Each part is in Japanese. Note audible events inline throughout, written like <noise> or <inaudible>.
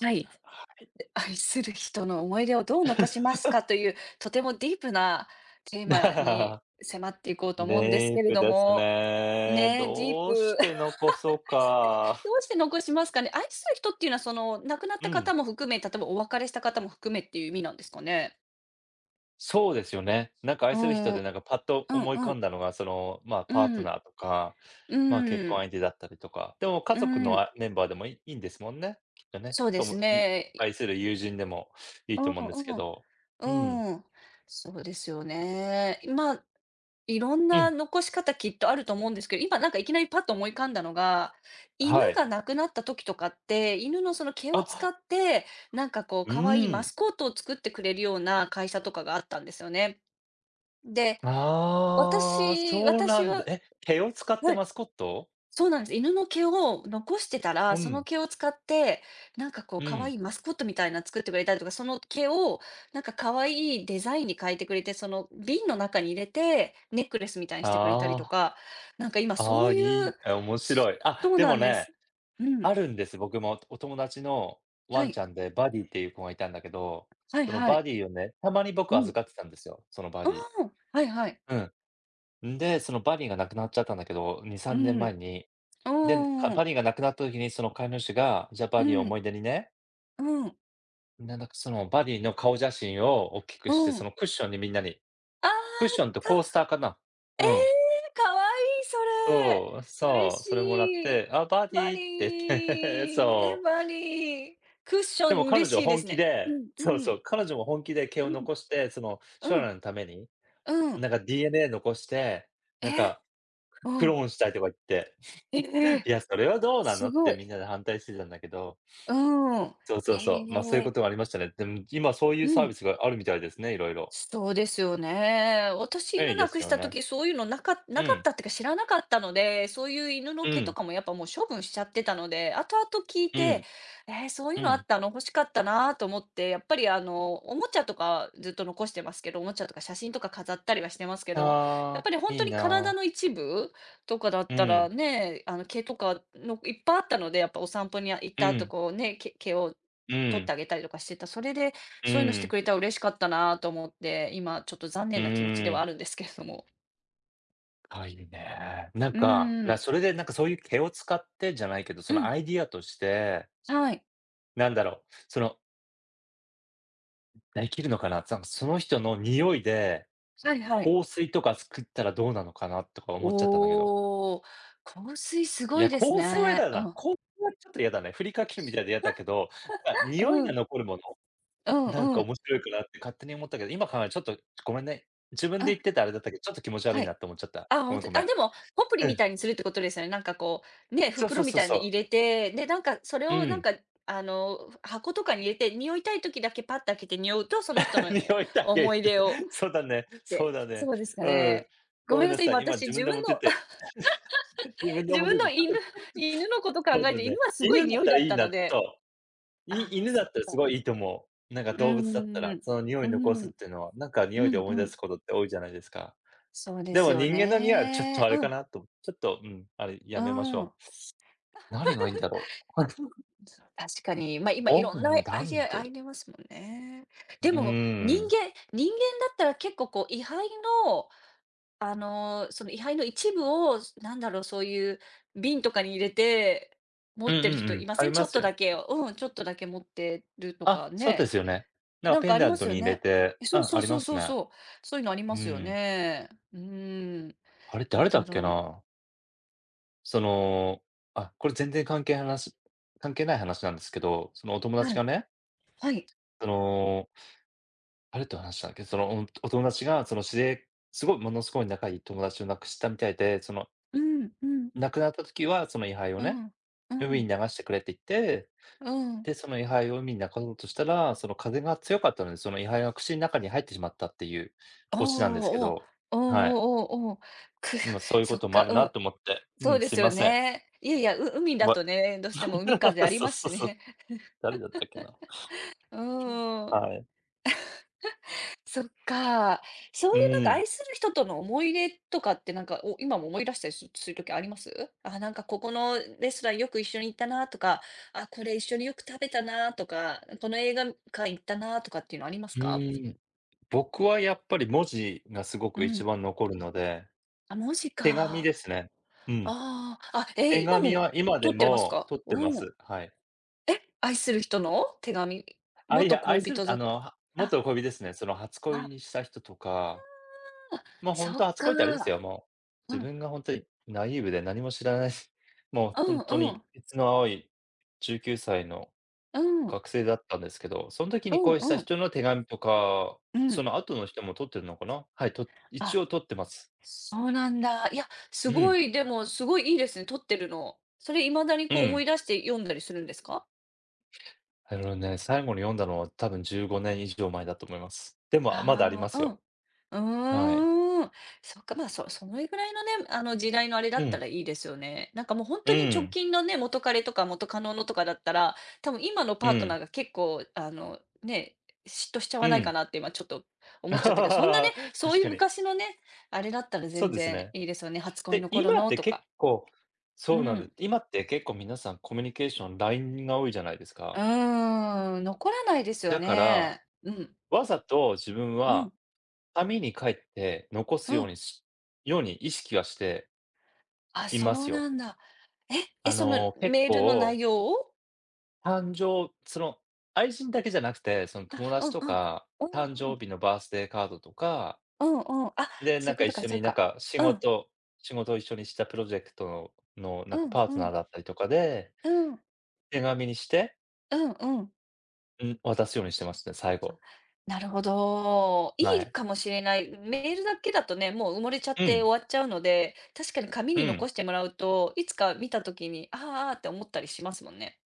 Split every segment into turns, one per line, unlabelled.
はい、愛する人の思い出をどう残しますかという、とてもディープなテーマに
<laughs>
迫っていこうと思うんです
デイー
けれ
プ
ど
です
も、
ね。
ねえ、ディー
どうし
プ。
てのこそ
<laughs>
か。
どうして残しますかね？愛する人っていうのは、亡くなっ
う
た
ん、
方も含め、例えばお別れした方も含めっていう意味なんですかね？
そうですよね。なんか愛
う
する人
ん、う
で
ん
なんかパッと思い浮
う
かん
ん、
だのが、まあ、
う
パート
ん、
ナーとか、まあ、結
う
婚
ん、
相手だったりとか。でも家
う
族の、
ん、
あ、メンバーでもいいんですもんね、きっとね。
そうで
と
す
もい
ね。
愛する友人でもいい
う
と
ん
思うんですけ
う
ど。うん、
ん、うん、そうですよね。まあ、いろん
う
な
ん、
残し方きっとあると思うんですけど、今なんかいきなりパッと思い浮かんだのが、犬
はい。
が亡くなった時とかって、犬のその毛を使
あ、
って、なんかこう
う
可愛いマ
ん。
スコットを作ってくれるような会社とかがあったんですよね。で、
ああ、
私
そうな
私
んだ。
は、
え、毛を使って
は
マ
い。
スコット？
そうなんです。犬の毛を残してたら、
う
その
ん、
毛を使って、なんかこう
う
可
ん。
愛いマスコットみたいな作ってくれたりとか、その毛をなんか可愛いデザインに変えてくれて、その瓶の中に入れて、ネックレスみたいにしてくれたりと
あ
か、なんか今
あ、
そ
あ
う
あ、い
い
い
う
え、面白
す
い。あ、
そう
で
な
も
んで
ね、
す。う
あ
ん。
るんです。僕もお友達の
は
ワンち
い。
ゃんでバディっていう子がいたんだけど、
はい
その
は
バ
い。
ディをね、たまに
う
僕
ん。
預かってたんですよ、そのバ
あ
ディ。
あ、はいはい。
うん。んで、そのバディが亡くなっちゃったんだけど、2、
う
3年
ん。
前に。で、
うー
バ
ん。
ディが亡くなった時にその飼い主が、じゃあ
う
バディを
ん。
思い出にね、
うん。
ねなんだかそのバディの顔写真を大きくして、
う
そ
ん。
のクッションにみんなに
あ
クッショ
あ、
ンとコースターかな。
え
うん。
え、可愛い
そう、
それ。嬉
そう、
し
それもらっ
い。
て、あ、パーテ
バ
ィーって言って、<laughs>
リー、
そう。
バリー。クッショ
でも
ン
彼
嬉
女
しいで
本
す
気
ね。う
で
ん、うん、
彼女も本気で毛
う
を
ん、
残して、その将
うん、
来のために、
うん。
なんか DNA 残して、なん
え、
か
う
クロ
ん。
ーンしたいとか言って、
え
い
え、
や、それはどうなの
す
っ
ご
て
い。
みんなで反対してたんだけど、
うん。
そうそうそう、ま、あそういう
へえ、
ことがありましたね。でも今そういう
う
サービ
ん。
スがあるみたいですね、いろいろ
そうですよね。私、
便利
犬
で
な
す
くし
よ
た
ね。
時、そういうのなか
う
なかっ
ん、
たっていうか知らなかったので、そういう犬の
う
毛と
ん、
かもやっぱもう処分しちゃってたので、後々聞い
う
て、
ん、
えー、そうい
う
うのあっ
ん。
たの欲しかったなと思って、やっぱりおもちゃとかずっと残してますけど、おもちゃとか写真とか飾ったりはしてますけど、やっ
ああ、
ぱり本
い
当
い
に体
な。
の一部とかだっ
う
たら
ん、
ね、あの毛とかのいっぱいあったので、やっぱお散歩に行っ
う
た後
ん、
こうね、毛を
う
取っ
ん、
てあげたりとかしてた。それで
う
そういうのして
ん。
くれたら嬉しかったなと思って、今ちょっと残
う
念な気持ちで
ー
は
ん。
あるんですけれども。
あ、いいね。
うーん。
それでなんかそういう毛を使ってじゃないけど、そ
う
の
ん。
アイディアとして、
はい。
なんだろう、その、できるのかな、その人の匂いで、
はいはい。
香水とか作ったらどうなのかなとか思っちゃったんだけど。
おお、香水す
い
ごい
や、
です
香水は嫌
ね。
だ
う
な。
ん。
香水はちょっと嫌だね。ふりかけるみたいで嫌だけど、なんか匂い
う
が
ん。
残るもの、
うん
なんか
うん。
面白いかなって勝手に思ったけど、今考えるとちょっとごめんね。自分
う
で
ん。
言っててあれだったけど、ちょっと気持ち悪
は
いなっ
い。
て思っちゃった。
あ、
ご
ほん
めん
と
ご
に、
めん。
あ、でも、ポプリ
う
み
ん。
たいにするってことですよね。なんかこう、ね、
そうそ
袋
う
み
そう
たい
そ
に
う。
入れて、で、なんかそれ
う
をなん
ん。
か、箱とかに入れて、匂いたい時だけパッと開けて匂うと、その人
<laughs>
の
匂いだ
お
けっ
思い
て。
出を
そうだね、
っ
そう
て、
だね。
そうですか
うん。
ね。ご
ごめ
めん
ん
な
な
さい、
さ
今
い。今
私
自分
自
で持
分
って
の
て自
<laughs>
分で
自
持
分
てて、ちょ
の
っ
犬
とちょっ
犬のこと考
と
え
そう
て、
だね。
犬はすごい
犬だっ
匂い
たら
だっ
いい
た
なっ
の
てそ
で、
う。
ああ、
犬だ
そっ
ったらす
か。
ごいいいと思う。なんか
う
動物だった
ん、
ら、
うん
その匂い
う
残
ん。
す
う
っ
ん、
ていうのは、なんか匂い
う
で
ん
思
う
い
ん
出
う
す
ん、
ことって多いじゃないですか。
そうで
で
す
も
よ
人間の匂いはちょっと
ね。
あれ
う
か
ん、
なと、ちょっと、うん、あれ
う
やめまし
ん。
ょう。何がいいんだろう。<laughs>
そう、確かに。まあ、今い
お
ろ
楽、
んな
な
アイ
ん
デ
て
アあ
う
りますもんね。
う
でも、
ー
人
ん。
間人間だったら結構こう位牌の、あの、その位牌の一部を、なんだろう、そういう瓶とかに入れて、持
うん
っ
うん
てる人
う
い
ん。
ま
あ
せ
り
ん？ち
ま
ょっ
す
と
よね。
だけを、うん、ちょっとだけ持ってるとか
あ、そうで
ね。
すよね。なんか
なん
ペ
か
ン
あり
ダン
ま
ト
すよ
に入れ
ね。
て
え、
う
そう
ん、あ
そう
り
そ
ま
う
す
そう
ね。
そう。そういうのあり
う
ますよ
ん。
ね。うーん、
あれ
どう
誰だ
だ
っけ
ろう。
な。その、あ、これ全然関係話関係ない話なんですけど、そのお友達
は
が
い、
ね、
はい。
その、誰と話したんだっけ、その、お友達がその知り合いすごいものすごい仲いい友達を亡くしたみたいで、その
うん、うん、
亡くなった時はその遺灰を
う
ね、
ん、う
海
ん、
に流してくれって言って、
うん。
で、その遺灰を海に流そうとしたら、その風が強かったので、その遺灰が口の中に入ってしまったっていう
お
オチなんですけ
お、おー、
ど、
お
はい。
おおーおーお。<laughs> く、
まあそういうこ
そっ
ともあ
か、
る
う
な
ん。
と思って。う
そう
ん、
で
すい
すよ
ません。
ね。いやいや、海だ
ま
とね、どうしても海風
<laughs>
あり
そう
ます
そ
し
うそう。
ね。
誰だったっけな。
<laughs> うん。
はい。
そっか。そ
う
ういうなんか
ん。
愛する人との思い出とかってなんか、今も思い出したりする時あります？あ、なんかここのレストランよく一緒に行ったなとか、あ、これ一緒によく食べたなとか、この映画館行ったなとかっていうのあります
う
か？
ん。僕はやっぱり文字がすご
う
く一
ん。
番残るので、
あ、文字
手紙で
か。
すね。うん。
ああ、あ、え、
手
今
紙
も
は今
撮
で
ってます
も
か？
取ってま
うん。
す。はい。
え、愛する人の手紙？
あ、い
元
や、愛
恋
するっ
人
てあ
と
の、
か、
は
あ、
元恋人ですね。その初
あ
恋に
あ、
した人とか、ま、本
そっ
当初恋ってあれですよ、
か。
もう、
う
自
ん。
分が本当にナイーブで何も知らない、<laughs> もう
うん
本当
う
に
ん。
ケの青い19歳の
うん。
学生だったんですけど、その時に恋し
う
た
んうん。
人の手紙とか、
う
そ
ん。
の後の人も取ってるのかな？はい、一
あ、
応取ってます。
そうなんだ。いや、す
う
ご
ん、
い、でも、すごいいいですね、撮ってるの。それ未だに
う
こう思
ん。
い出して読んだりするんですか？
あのね、最後に読んだのは多分15年以上前だと思います。でも、あ、まだありま
ああ、
す
う
よ。
ん。
はい。
うーん。そっか、まあ、そのぐらいのね、時代のあれだ
う
った
ん、
らいいですよね。なんかもう本
う
当に直
ん、
近のね、元彼とか元カノのとかだったら、多分今の
う
パートナ
ん、
ーが結構、ね、嫉妬しちゃ
う
わないか
ん。
なって今ちょっと
<laughs>
思っ
確
ちゃったけど、そんなね、そういう
かに。
昔のね、あれだったら
そう
全
です
然
ね。
いいですよね、初恋
で、
の頃
今っ
の
て
と
結
か。
構
う
そうなんです。
ん。
今って結構皆さんコミュニケーション、LINE が多いじゃないです
う
か。
ーん、残らないですよ
だから、
ね。うん。
わざと自分
うん、
は紙に書いて残す
うん。
ように意識はして
あ、
いま
そ
す
う
よ。
なんだ。え、え、
あの、結
メールの内
構、
容を？
誕生その、愛人だけじゃなくて、その友
あ、
達
うん
と
うん。
か、
う
誕
んう
生
ん。
日のバースデーカードとか、
うんうん。あ、
で、な
そうい
ん
う
か
こ
一
とか、
緒
そうい
に
う
なん
か。
か
うん。
仕事を一緒にしたプロジェクトのなん
う
か
ん
パート
う
ナー
ん。
だったりとかで、
うん。
手紙にして、
うんうん。
うん、渡すようにしてますね、最
あ、
後。
なるほど。
は
いい
い。
かもしれない。メールだけだとね、もう埋もれちゃっ
う
て
ん、
終わっちゃうので、確かに紙
う
に
ん。
残してもらうと、いつか見た時に、あああーって思ったりしますもんね。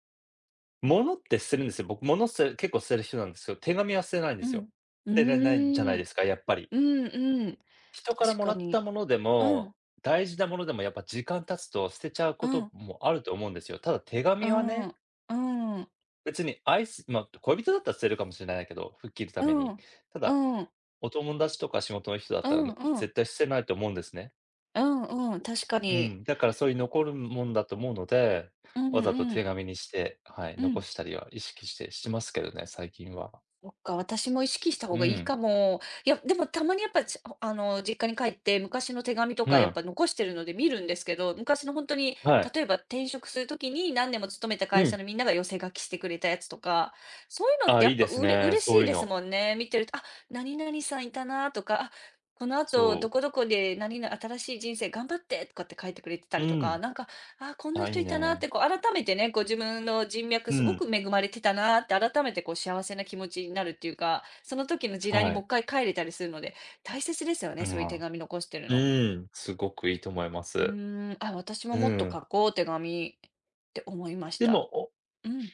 物って捨てるんですよ。僕、物捨て結構捨てる人なんですけど、手紙は捨てないんで
う
すよ。
ん。う
捨てれないじゃない
ーん。
ですか、やっぱり。
うんうん。
人から
確
も
か
らった
に。
もので
う
も、
ん、
大事なものでもやっぱ時間経つと捨てちゃう
う
こと
ん、
もあると思うんですよ。ただ手
う
紙は
ん、う
ね、
ん、うん、
別にまあ、恋人だったら捨てるかもしれないけど、吹っ切るた
う
め
ん、う
に。
ん、
ただ、
うん、
お友達とか仕事の人だっ
う
たら、
ん、
絶対捨てないと思うんですね。
うん、うん、確か
う
に。
ん、だからそういう残るもんだと思うので、
うん
わざと
う
手
ん、
紙にして、はい、
う
残
ん。
したりは意識してしてますけどね、最近は。
そっか、私も意識した方
う
がいい
ん。
かも。いや、でもたまにやっぱ、ちあの、実家に帰って昔の手紙と
う
かやっ
ん。
ぱ残してるので見るんですけど、昔の本当に、
はい。
例えば転職するときに何年も勤めた
う
会社
ん。
のみんなが寄せ書きしてくれたやつとか、そういうのっ
あ、
てや
いい
っぱ
です
うれ
ね、そ
嬉
う
し
い
い
う
です
の。
もんね。見てると、あ、何々さんいたなとか、あ、この後ど
そう。
こどこで何々新しい人生頑張ってとかって書いてくれてた
う
りとか、
ん。
なんかあ、こんな
あ、い
人
い
いたなっ
ね。
て、こう改めてね、こう自分の人脈
う
すご
ん。
く恵まれてたなって、改めてこう幸せな気持ちになるっていうか、その時の時代に
は
もう
い。
一回帰れたりするので、大切ですよね、
う
そう
ん、
いう手
あ、
紙残してる
う
の。
ーん。すごくいいと思いま
うー
す。
ん、あ、私も
う
もっと
ん。
書こう、手紙って思いまし
でも、
た。うん、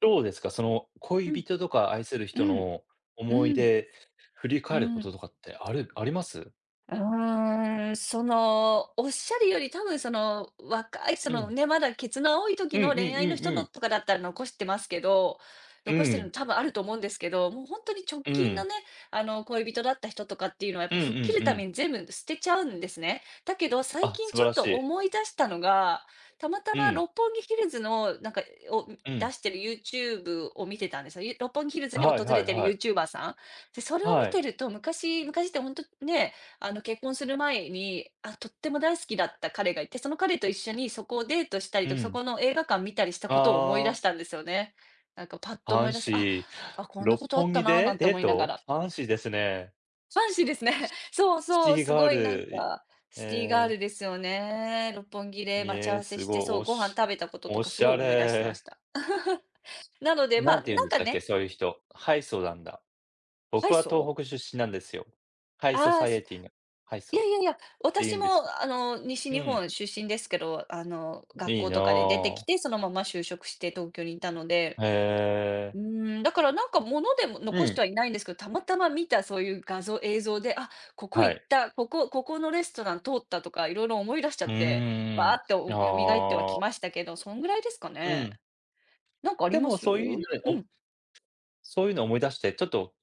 どうですか、その、
う
恋
ん、
人とか愛する
う
人
ん、
の思い
うん、
出、振り
う
返るこ
ん。
ととかってあります？
うーん、おっしゃるより、多分若い、
うん。
ね、まだケツの青い
う
時
んうんう
の恋愛の
ん
人
う
の
ん。
とかだったら残してますけど、
う
残してるの
ん。
多分あると思うんですけど、もう本当に直
う
近の
ん。
ね、恋人だった人とかっていうのはやっ
う
ぱ
んうん
吹っ切る
う
た
ん。
めに全部捨てちゃうんですね。だけど、最
あ、
近
素
ち
晴
ょっ
らし
と
い。
思い出したのが、たまた
う
ま
ん。
六本木ヒルズのなんか、を
うん。
出してる YouTube を見てたんですよ。六本木ヒルズに
はい
訪
は
れ
い
てる
はい。
YouTuber さん。で、それを
は
見て
い。
ると、昔って本当ね、結婚する前に、あ、とっても大好きだった彼がいて、その彼と一緒にそこをデートしたり
う
とか、そ
ん。
この映画館見たりしたことを思い出
あ
したんですよね。なんかパッと
あ、
思い出し
f
て、
a
こんな
六
ことあっ
本
た
木
なな
で
んて
デ
思
ー
いなが
ト
ら。
f a ですね。
ファンシーですね。<laughs> そう
シ
そう、
ティ
す
ガー
ごいなん
ル、
か、
え
シティガー
え。
ルですよね。六本木で待ち
え
合
え、
わせ
す
し
ご
て、
い、
そう、ご飯食べたことと
お
かす
し
ご
ゃ
い思い出してま
れ。
した。<laughs> なので、
な
まあ、
んて言うん
なん
でし
か
たっけ、
ね、
そういう人。ハイソなんだ。
は
僕
い、
は東
そ
北
う？
出身なんですよ。ハイソ
ああ、
サイエティのハイ
い
ソ
や
っ
いやいや、
て言
私
うんで
も
すよ。
西
う
日
ん、
本出身ですけど、学
いい
校とかで出てき
な。
て、そのまま就職して東京にいたので、
へえ。
うーん、だからなんか物でも
う
残して
ん、
はいないんですけど、たまたま見たそういう画像映像で、あ、ここ
は
行っ
い。
た、ここのレストラン通ったとかいろいろ思い出しちゃ
う
って、
ー
バー
ん。
ってお蘇っては
あ
きま
あ、
したけど、そんぐらいですか
う
ね。
ん。
なんかあり
で
ま
も
す？う
そういうの
ん、う
お
ん。
そういうの思い出して、ちょっと、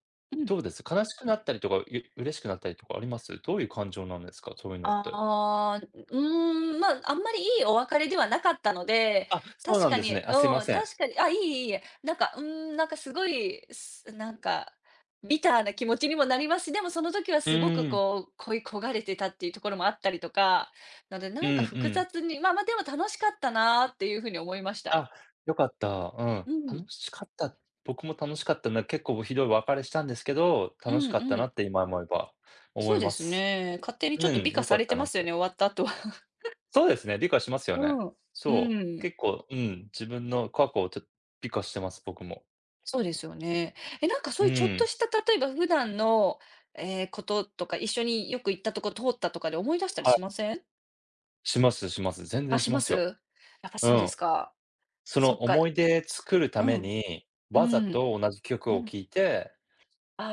どうです？悲しくなったりとか、嬉しくなったりとかあります？どういう感情なんですか？そういうのって。
ああ、うーん、まあ、あんまりいいお別れではなかったので、
あ、そう
確
なん
か
です
に、
ね。あ、すいま
うん、
せん。
確かに、あ、いい、いいなんか、うーん、なんかすごい、なんか、ビターな気持ちにもなりますし、でもその時は
う
すごく
ーん。
こう、恋焦がれてたっていうところもあったりとか、なので
うん
なん
う
か複
ん。
雑に、まあ、でも楽しかったなっていうふうに思いました。
あ、良かった。うん。
うん、
楽しかった。僕も楽しかったな。結構ひどい別れしたんですけど、
う
楽し
ん
かった
う
な
ん。
って今思えば思
そ
い
うで
ま
す
す。
ね。勝手に
う
ちょっと
ん、
美化
良か
さ
っ
れ
た
て
な
ま
っ
すよ
て。
ね、終わった後は。
そうですね、美化します
<laughs>
よ
う
ね。
ん、う
そう。
ん。
結構、うん、自分の過去をちょっと美化してます、僕も。
そうですよね。え、なんかそ
う
ういうちょっと
ん。
した、例えば普段の、こととか、一緒によく行ったとこ通ったとかで思い出したり
はい。
しません？
しますします。全然
あ、
し
し
ま
ま
す
す？
よ。
やっぱ
う
そうで
ん。
すか。
その
そっか。
思い出作るた
う
め
ん。
に、
う
わざ
ん。
と同じ曲
う
を
ん。
聴いて
あ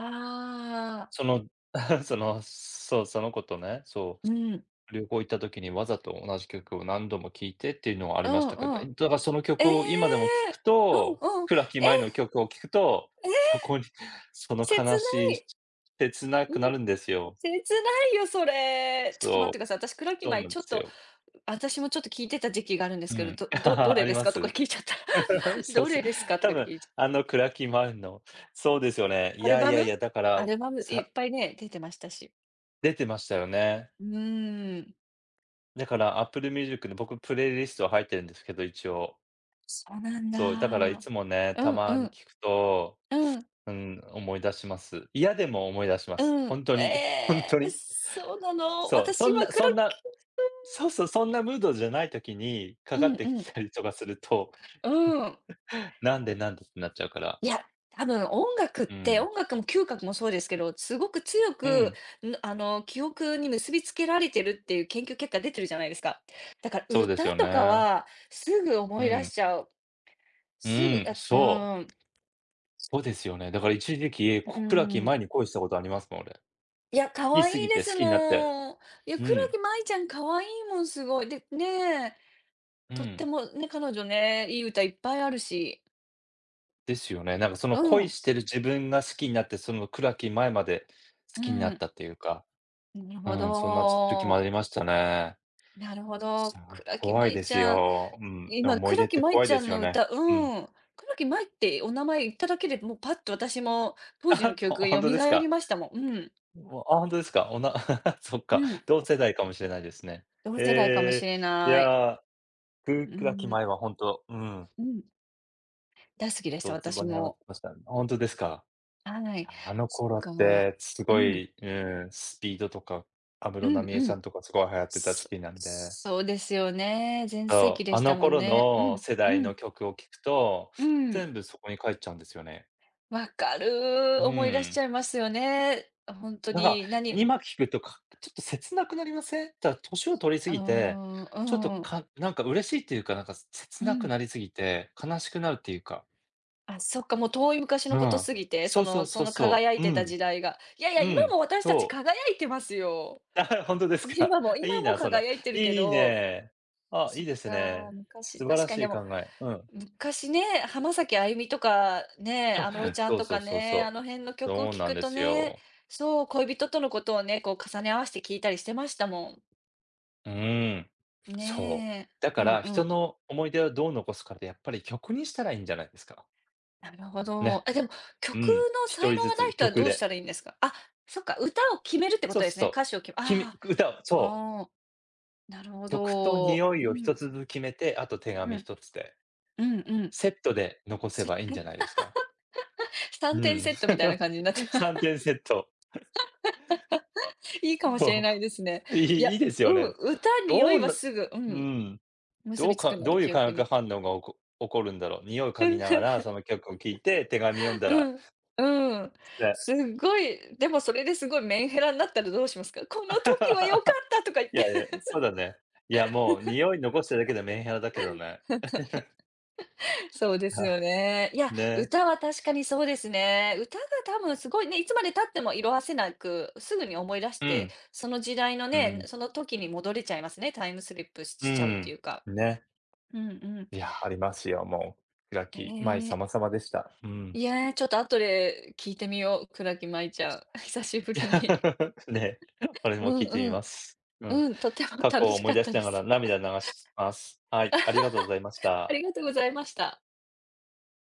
あ。
その、<laughs> その子とね、そ
うん。
う、旅行行った時にわざと同じ曲を何度も聴いてっていうのはあり
う
まし
ん
たけ
う
ど、
ん。
だからその
え
曲を今でも聴く
え。うん
と、
うん。
倉木
え、
麻衣の曲を聴くと、そ
え、
こに、<laughs> その
切
悲し
な
い、
い。
切な
う
くな
ん。
るんですよ。
切ないよ、それ。ちょっと待
そ
っ
う、
てください。私、クラキ
そう
木イ
なんで
ちょっ
す
と、
よ。
私もちょっと聞いてた時期があるんで
う
すけど、
ん。
ど
<laughs> あ
れ
り
です
ま
かとか
す。
聞いちゃった。
<laughs>
<laughs>
そう
ど
そう。
れですかと
多
かって
分
聞いちゃっ
あのクラキマ衣の、そうですよね。い
たアル
やい
バ
や
ム？
いや、だか
ア
ら、
ルバムい
さ
っぱいね、出てましたし。
出てましたよね。
うーん。
だから Apple Music で僕プレイリストは入ってるんですけど、一応。
そうなんだ。
そう、だからいつもね、
う
た
ん
ま
う
に
ん。
聞くと、
うん。
うん、思い出します。嫌でも思い出しま
う
す。ほ
ん。
んとに、ほんとに。
そうなの。
そう、そ
私
ん
は
な
ク
そ
ラッ
んな
キー、
そうそう、そんなムードじゃない時にか
う
か
ん、
って
う
き
ん、
たりとかすると、
うん。
なんでなんでってなっちゃうから。
いや、多分
うん。
音楽も嗅覚もそうですけど、すごく強
う
く、
ん、
記憶に結びつけられてるっていう研究結果出てるじゃないですか。だから
そうです
歌
よ
とか
ね。
はすぐ思
う
い出
ん。
しちゃう。
う
すぐ、
ん、
あ、
そ
う
う。
ん、
そうですよね。だから一時期、
う
小倉希舞
ん。
に恋したことありますもん、俺。
いや、
好
可
き
愛
す
い
ぎ
で
て好
す
きになって。
もん。いや、
う
黒
ん、
木舞ちゃん可愛いもん、すごい。で、ねえ、
う
とって
ん。
もね、彼女ね、いい歌いっぱいあるし。
ですよね。なんかその
う
恋
ん、
してる自分が好きになって、その暗き前まで好
う
きになっ
ん。
たっていうか、
なる
う
ほ
ん、そんな時もあ
ど。
りましたね。
なるほど。
そう、
黒木
怖い
舞
で
ち
す
ゃん。
よ。うん、
今、
思い出
倉
っ
木
て
舞
怖い
ち
で
ゃん
すよ
の
ね。
歌
うん。
うん。倉木舞ってお名前言っただけで、もうパッと私も
<laughs>
当時の
あ、
記
ほ
憶が
ほん
蘇
とです
り
か？
ましたもん。うん。
もう、あ、ほんとですか？<laughs> そっか、
うん。
同世代かもしれないですね。
同世代かも
え
し
え、
れ
い
ない。
や、く
うー
暗き
ん、
前はほんと、うん、
うん。大好きでした、
どつぼ
私
にハマって
も。
ました。ほんとですか？
はい。
あの
そっ
頃っ
か。
てす
う
ご
ん。
い、うん、スピードとか、安室
うん
奈美恵ち
う
ゃん
ん。
とかすごい流行ってた時
そ
期なんで、
そうですよね。全盛
そ
期
う、
で
あ
し
の
たもん
頃
ね。う
の
ん、
世
う
代の
ん、
曲を聴くと、
うん。
全部そこに帰っちゃうんですよね。
わか
う
る。思い出しち
ん。
ゃいますよね。本当
なんか、
に、なに
今聴くとかちょっと切なくなりません？ただ年を取り過
うー
ぎて、
ん、
ちょっと
うん、
かなんか嬉しいっていうか、なんか切
う
なく
ん。
なりすぎて、悲しくなるっていうか。
あ、そっか、もう遠い昔
う
のこと
ん。
すぎて、
そ
そ
うそう
のそ
そう
の
そ
輝い
う。う
てた
ん、
時代が。いやいや、
う
今
ん、
も私たち
そう。
輝いてますよ。
<laughs> あ、本当で
<laughs>
すか。
今も
<laughs> い
今
い
も
な、その
輝いてるけ
いい
ど、
ね。あ、い
そ
い
っ
です
か、
ね。
昔、
素晴
確
ら
か
し
にで
い
も、
考え。うん。
昔ね、浜崎あゆみとかね、
あ、
安室
<laughs>
ちゃん
そう
と
そう
か
そう
ね、あ
そ
の辺の
う。
曲を
そう
聴
なん
く
で
と
す
ね、
よ。
そう、恋人とのことをね、こう重ね合わせて聴いたりしてましたも
うーん。
ん。
そう。
ね
だ
え。う
か
ん
ら、
う
人
ん。
の思い出をどう残すかってやっぱり曲にしたらいいんじゃないですか。
なるほど。
ね。
え、でも、
う
曲
ん。
の
1
才
人
能
ず
がない
つ
人は
曲
どうした
で。
らいいんですか？あ、そっか、歌を決めるってこ
そう
とです
そ
ね。
うそう。
歌詞をきあ
きみ
あ、
歌をそう。
ああ、なるほ
曲と
ど。
匂
う
いを一
ん、
つずつ決めて、あと手
う
紙
ん、
一つで、
うん、うん。
セットで残せ
せ
ばいいんじゃないで
<laughs>
すか。う
3点
ん。
セットみたいな
<laughs>
感じになって、
3
<laughs>
点セット。
いいかもしれないですね。
いい
いや、
<laughs> いいです
う
よ
ん、
ね。
歌に酔
ど
い
う
は
な
すぐ、う
う
ん、
ん、
結
どう
びつく
か
の
ど
で、
ういう
記
化
憶
学
に。
反応がおこ起こるんだろう。匂い嗅ぎながら
<laughs>
その曲を聴いて手紙読んだ
う
ら、
ん、うん。
ね。
すっごい、でもそれですごいメンヘラになったらどうしますか？この時は良かっ
<laughs>
たとか言っ
い
て。
やいや、そうだね。いや、もう匂い残してるだけでメンヘラだけどね。
そうで
<laughs>
す
あ、
よね。いや、
ね。
歌は確かにそうですね。歌が多分すごいね、いつまで経っても色褪せなく、すぐに思い出し
う
て、
ん、
その時代の
う
ね、
ん、
その時に戻れちゃいますね。タイムスリップし
う
ちゃうって
ん。
いうか。
ね。
うんうん。
いや、ありますよ、もう。白木麻衣
ええ。
様々でした。うん。
いやー、ちょっと後で聞いてみよう、倉木舞ちゃん。<laughs> 久しぶりに。
<laughs> ね、これ
う
も聞いてみ
んう
ま
ん。
す。うん。
うん、とても
過去
楽
を
し
思
か
い
っ
出
た
し
で
なが
す。
ら涙流します。はい、ありがとうございまし
あ
た。
りがとうございました。